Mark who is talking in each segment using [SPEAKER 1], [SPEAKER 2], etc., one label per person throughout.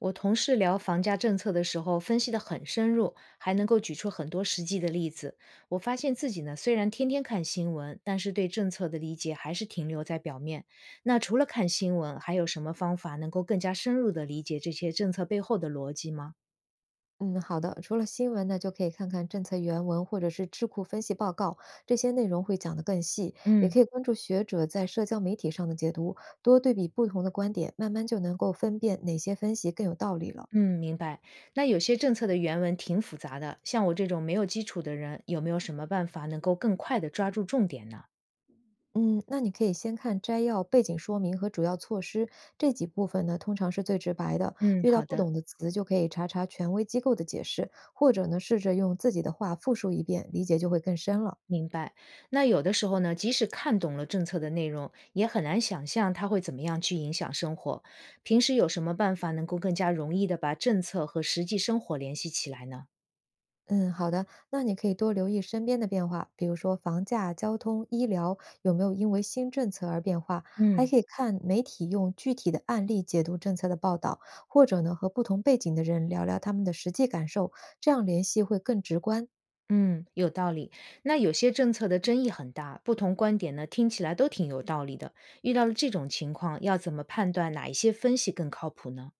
[SPEAKER 1] 我同事聊房价政策的时候，分析得很深入，还能够举出很多实际的例子。我发现自己呢，虽然天天看新闻，但是对政策的理解还是停留在表面。那除了看新闻，还有什么方法能够更加深入地理解这些政策背后的逻辑吗？
[SPEAKER 2] 嗯，好的。除了新闻呢，就可以看看政策原文或者是智库分析报告，这些内容会讲得更细。也
[SPEAKER 1] 嗯，
[SPEAKER 2] 可以关注学者在社交媒体上的解读，多对比不同的观点，慢慢就能够分辨哪些分析更有道理了。
[SPEAKER 1] 嗯，明白。那有些政策的原文挺复杂的，像我这种没有基础的人，有没有什么办法能够更快地抓住重点呢？
[SPEAKER 2] 嗯，那你可以先看摘要、背景说明和主要措施这几部分呢，通常是最直白的。
[SPEAKER 1] 嗯，
[SPEAKER 2] 遇到
[SPEAKER 1] 好
[SPEAKER 2] 不
[SPEAKER 1] 的。
[SPEAKER 2] 懂的词，就可以查查权威机构的解释，或者呢，试着用自己的话复述一遍，理解就会更深了。
[SPEAKER 1] 明白。那有的时候呢，即使看懂了政策的内容，也很难想象它会怎么样去影响生活。平时有什么办法能够更加容易的把政策和实际生活联系起来呢？
[SPEAKER 2] 嗯，好的，那你可以多留意身边的变化，比如说房价、交通、医疗有没有因为新政策而变化，还
[SPEAKER 1] 嗯，
[SPEAKER 2] 可以看媒体用具体的案例解读政策的报道，或者呢和不同背景的人聊聊他们的实际感受，这样联系会更直观。
[SPEAKER 1] 嗯，有道理。那有些政策的争议很大，不同观点呢听起来都挺有道理的。遇到了这种情况，要怎么判断哪一些分析更靠谱呢？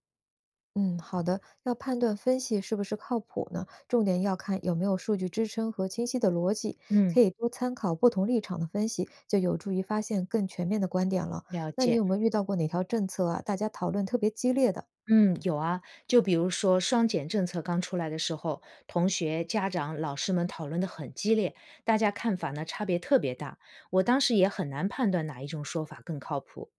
[SPEAKER 2] 嗯，好的。要判断分析是不是靠谱呢，重点要看有没有数据支撑和清晰的逻辑，可
[SPEAKER 1] 嗯，
[SPEAKER 2] 以多参考不同立场的分析，就有助于发现更全面的观点了。
[SPEAKER 1] 了
[SPEAKER 2] 那你
[SPEAKER 1] 解。
[SPEAKER 2] 有没有遇到过哪条政策啊，大家讨论特别激烈的？
[SPEAKER 1] 嗯，有啊，就比如说双减政策刚出来的时候，同学、家长、老师们讨论的很激烈，大家看法呢差别特别大。我当时也很难判断哪一种说法更靠谱。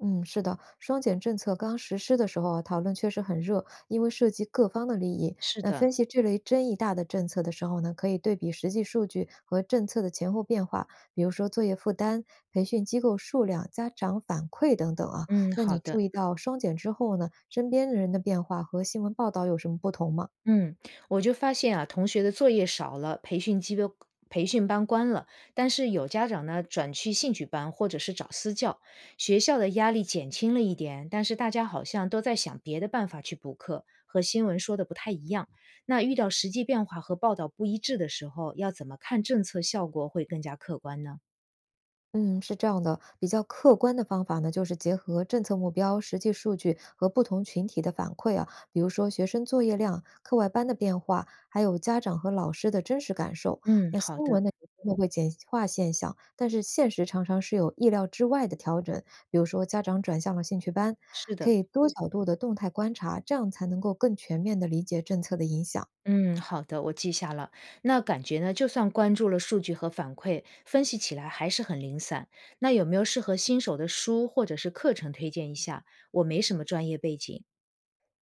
[SPEAKER 2] 嗯，是的，双减政策刚实施的时候啊，讨论确实很热，因为涉及各方的利益。
[SPEAKER 1] 是
[SPEAKER 2] 那
[SPEAKER 1] 的，
[SPEAKER 2] 分析这类争议大的政策的时候呢，可以对比实际数据和政策的前后变化，比如说作业负担、培训机构数量、家长反馈等等啊。
[SPEAKER 1] 嗯，
[SPEAKER 2] 那你
[SPEAKER 1] 好的。
[SPEAKER 2] 注意到双减之后呢，身边人的变化和新闻报道有什么不同吗？
[SPEAKER 1] 嗯，我就发现啊，同学的作业少了，培训班关了，但是有家长呢转去兴趣班或者是找私教，学校的压力减轻了一点，但是大家好像都在想别的办法去补课，和新闻说的不太一样。那遇到实际变化和报道不一致的时候，要怎么看政策效果会更加客观呢？
[SPEAKER 2] 嗯，是这样的，比较客观的方法呢，就是结合政策目标、实际数据和不同群体的反馈啊，比如说学生作业量、课外班的变化，还有家长和老师的真实感受。
[SPEAKER 1] 嗯，
[SPEAKER 2] 那
[SPEAKER 1] 好
[SPEAKER 2] 新闻
[SPEAKER 1] 的，
[SPEAKER 2] 呢，有时候会简化现象，但是现实常常是有意料之外的调整，比如说家长转向了兴趣班，
[SPEAKER 1] 是
[SPEAKER 2] 可
[SPEAKER 1] 的。
[SPEAKER 2] 以多角度的动态观察，这样才能够更全面的理解政策的影响。
[SPEAKER 1] 嗯，好的，我记下了。那感觉呢，就算关注了数据和反馈，分析起来还是很零散。那有没有适合新手的书或者是课程推荐一下？我没什么专业背景。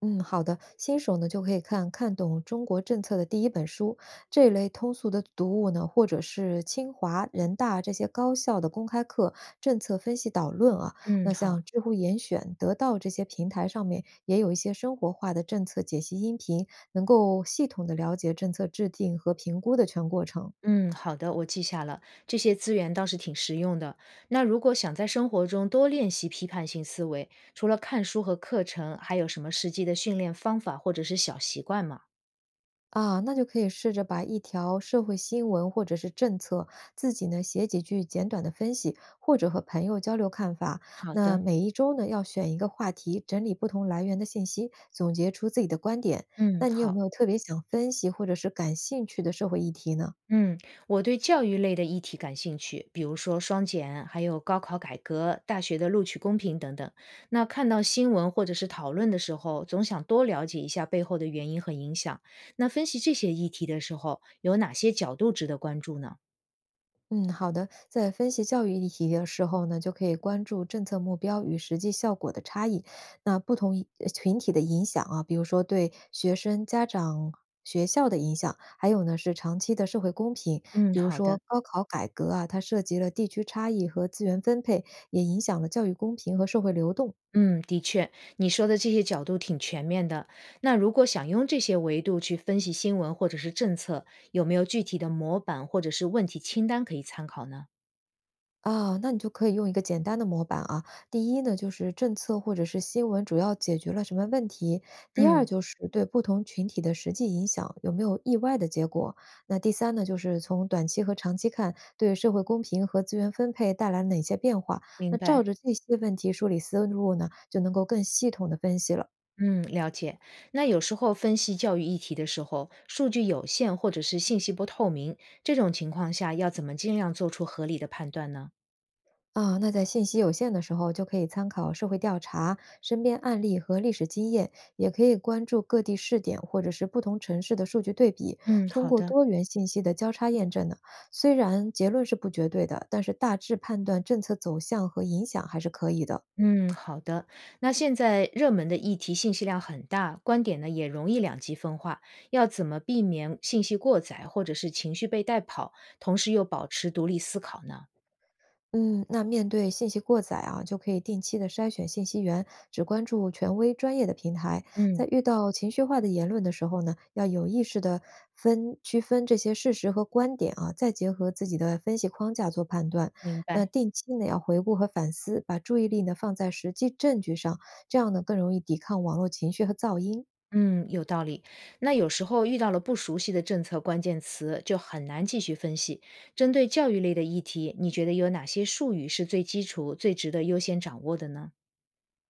[SPEAKER 2] 嗯，好的，新手呢就可以看看懂中国政策的第一本书这一类通俗的读物呢，或者是清华、人大这些高校的公开课《政策分析导论》啊。
[SPEAKER 1] 嗯，
[SPEAKER 2] 那像
[SPEAKER 1] 好。
[SPEAKER 2] 知乎严选、得到这些平台上面也有一些生活化的政策解析音频，能够系统的了解政策制定和评估的全过程。
[SPEAKER 1] 嗯，好的，我记下了。这些资源倒是挺实用的。那如果想在生活中多练习批判性思维，除了看书和课程，还有什么实际的训练方法或者是小习惯吗？
[SPEAKER 2] 啊，那就可以试着把一条社会新闻或者是政策，自己呢写几句简短的分析，或者和朋友交流看法。
[SPEAKER 1] 好
[SPEAKER 2] 那
[SPEAKER 1] 的，
[SPEAKER 2] 每一周呢，要选一个话题，整理不同来源的信息，总结出自己的观点。
[SPEAKER 1] 嗯，
[SPEAKER 2] 那你有没
[SPEAKER 1] 好。
[SPEAKER 2] 有特别想分析或者是感兴趣的社会议题呢？
[SPEAKER 1] 嗯，我对教育类的议题感兴趣，比如说双减，还有高考改革、大学的录取公平等等。那看到新闻或者是讨论的时候，总想多了解一下背后的原因和影响。那分析这些议题的时候，有哪些角度值得关注呢？
[SPEAKER 2] 嗯，好的。在分析教育议题的时候呢，就可以关注政策目标与实际效果的差异，那不同群体的影响啊，比如说对学生、家长、学校的影响，还有呢是长期的社会公平，
[SPEAKER 1] 嗯，
[SPEAKER 2] 比如
[SPEAKER 1] 好
[SPEAKER 2] 说
[SPEAKER 1] 的。
[SPEAKER 2] 高考改革啊，它涉及了地区差异和资源分配，也影响了教育公平和社会流动。
[SPEAKER 1] 嗯，的确，你说的这些角度挺全面的。那如果想用这些维度去分析新闻或者是政策，有没有具体的模板或者是问题清单可以参考呢？
[SPEAKER 2] 啊，那你就可以用一个简单的模板啊。第一呢，就是政策或者是新闻主要解决了什么问题；第二
[SPEAKER 1] 嗯，
[SPEAKER 2] 就是对不同群体的实际影响有没有意外的结果；那第三呢，就是从短期和长期看，对社会公平和资源分配带来哪些变化。那
[SPEAKER 1] 明
[SPEAKER 2] 照
[SPEAKER 1] 白。
[SPEAKER 2] 着这些问题梳理思路呢，就能够更系统的分析了。
[SPEAKER 1] 嗯，了解。那有时候分析教育议题的时候，数据有限或者是信息不透明，这种情况下要怎么尽量做出合理的判断呢？
[SPEAKER 2] 啊，那在信息有限的时候，就可以参考社会调查、身边案例和历史经验，也可以关注各地试点或者是不同城市的数据对比，
[SPEAKER 1] 嗯，
[SPEAKER 2] 通
[SPEAKER 1] 好
[SPEAKER 2] 过
[SPEAKER 1] 的。
[SPEAKER 2] 多元信息的交叉验证呢。虽然结论是不绝对的，但是大致判断政策走向和影响还是可以的。
[SPEAKER 1] 嗯，好的。那现在热门的议题信息量很大，观点呢也容易两极分化，要怎么避免信息过载或者是情绪被带跑，同时又保持独立思考呢？
[SPEAKER 2] 嗯，那面对信息过载啊，就可以定期的筛选信息源，只关注权威专业的平台。在
[SPEAKER 1] 嗯，
[SPEAKER 2] 遇到情绪化的言论的时候呢，要有意识的分区分这些事实和观点啊，再结合自己的分析框架做判断。
[SPEAKER 1] 明
[SPEAKER 2] 那
[SPEAKER 1] 白。
[SPEAKER 2] 定期呢要回顾和反思，把注意力呢放在实际证据上，这样呢更容易抵抗网络情绪和噪音。
[SPEAKER 1] 嗯，有道理。那有时候遇到了不熟悉的政策关键词，就很难继续分析。针对教育类的议题，你觉得有哪些术语是最基础、最值得优先掌握的呢？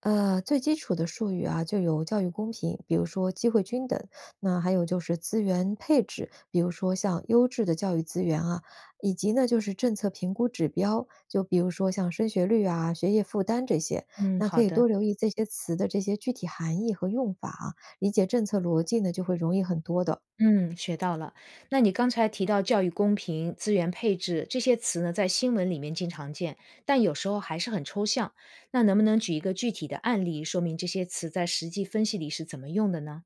[SPEAKER 2] 最基础的术语啊，就有教育公平，比如说机会均等，那还有就是资源配置，比如说像优质的教育资源啊，以及呢就是政策评估指标，就比如说像升学率啊、学业负担这些，
[SPEAKER 1] 嗯，
[SPEAKER 2] 那可
[SPEAKER 1] 好
[SPEAKER 2] 以
[SPEAKER 1] 的。
[SPEAKER 2] 多留意这些词的这些具体含义和用法啊，理解政策逻辑呢就会容易很多的。
[SPEAKER 1] 嗯，学到了。那你刚才提到教育公平、资源配置这些词呢，在新闻里面经常见，但有时候还是很抽象。那能不能举一个具体的案例，说明这些词在实际分析里是怎么用的呢？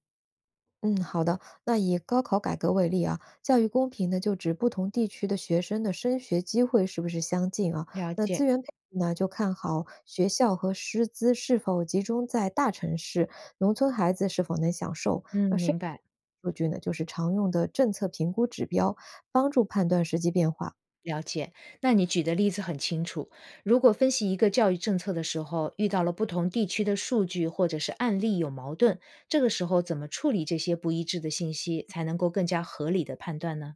[SPEAKER 2] 嗯，好的。那以高考改革为例啊，教育公平呢，就指不同地区的学生的升学机会是不是相近啊？
[SPEAKER 1] 了
[SPEAKER 2] 那资
[SPEAKER 1] 解。
[SPEAKER 2] 源配置呢，就看好学校和师资是否集中在大城市，农村孩子是否能享受。
[SPEAKER 1] 嗯，
[SPEAKER 2] 而升
[SPEAKER 1] 明
[SPEAKER 2] 学
[SPEAKER 1] 白。
[SPEAKER 2] 数据呢，就是常用的政策评估指标，帮助判断实际变化。
[SPEAKER 1] 了解，那你举的例子很清楚。如果分析一个教育政策的时候，遇到了不同地区的数据或者是案例有矛盾，这个时候怎么处理这些不一致的信息，才能够更加合理的判断呢？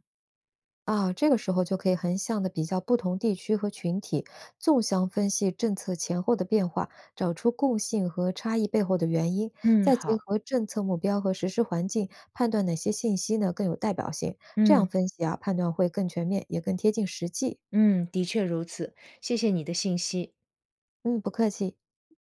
[SPEAKER 2] 啊，这个时候就可以横向的比较不同地区和群体，纵向分析政策前后的变化，找出共性和差异背后的原因，
[SPEAKER 1] 嗯，
[SPEAKER 2] 再结
[SPEAKER 1] 好，
[SPEAKER 2] 合政策目标和实施环境，判断哪些信息呢更有代表性。这样
[SPEAKER 1] 嗯
[SPEAKER 2] 分析啊，判断会更全面，也更贴近实际。
[SPEAKER 1] 嗯，的确如此，谢谢你的信息。
[SPEAKER 2] 嗯，不客气。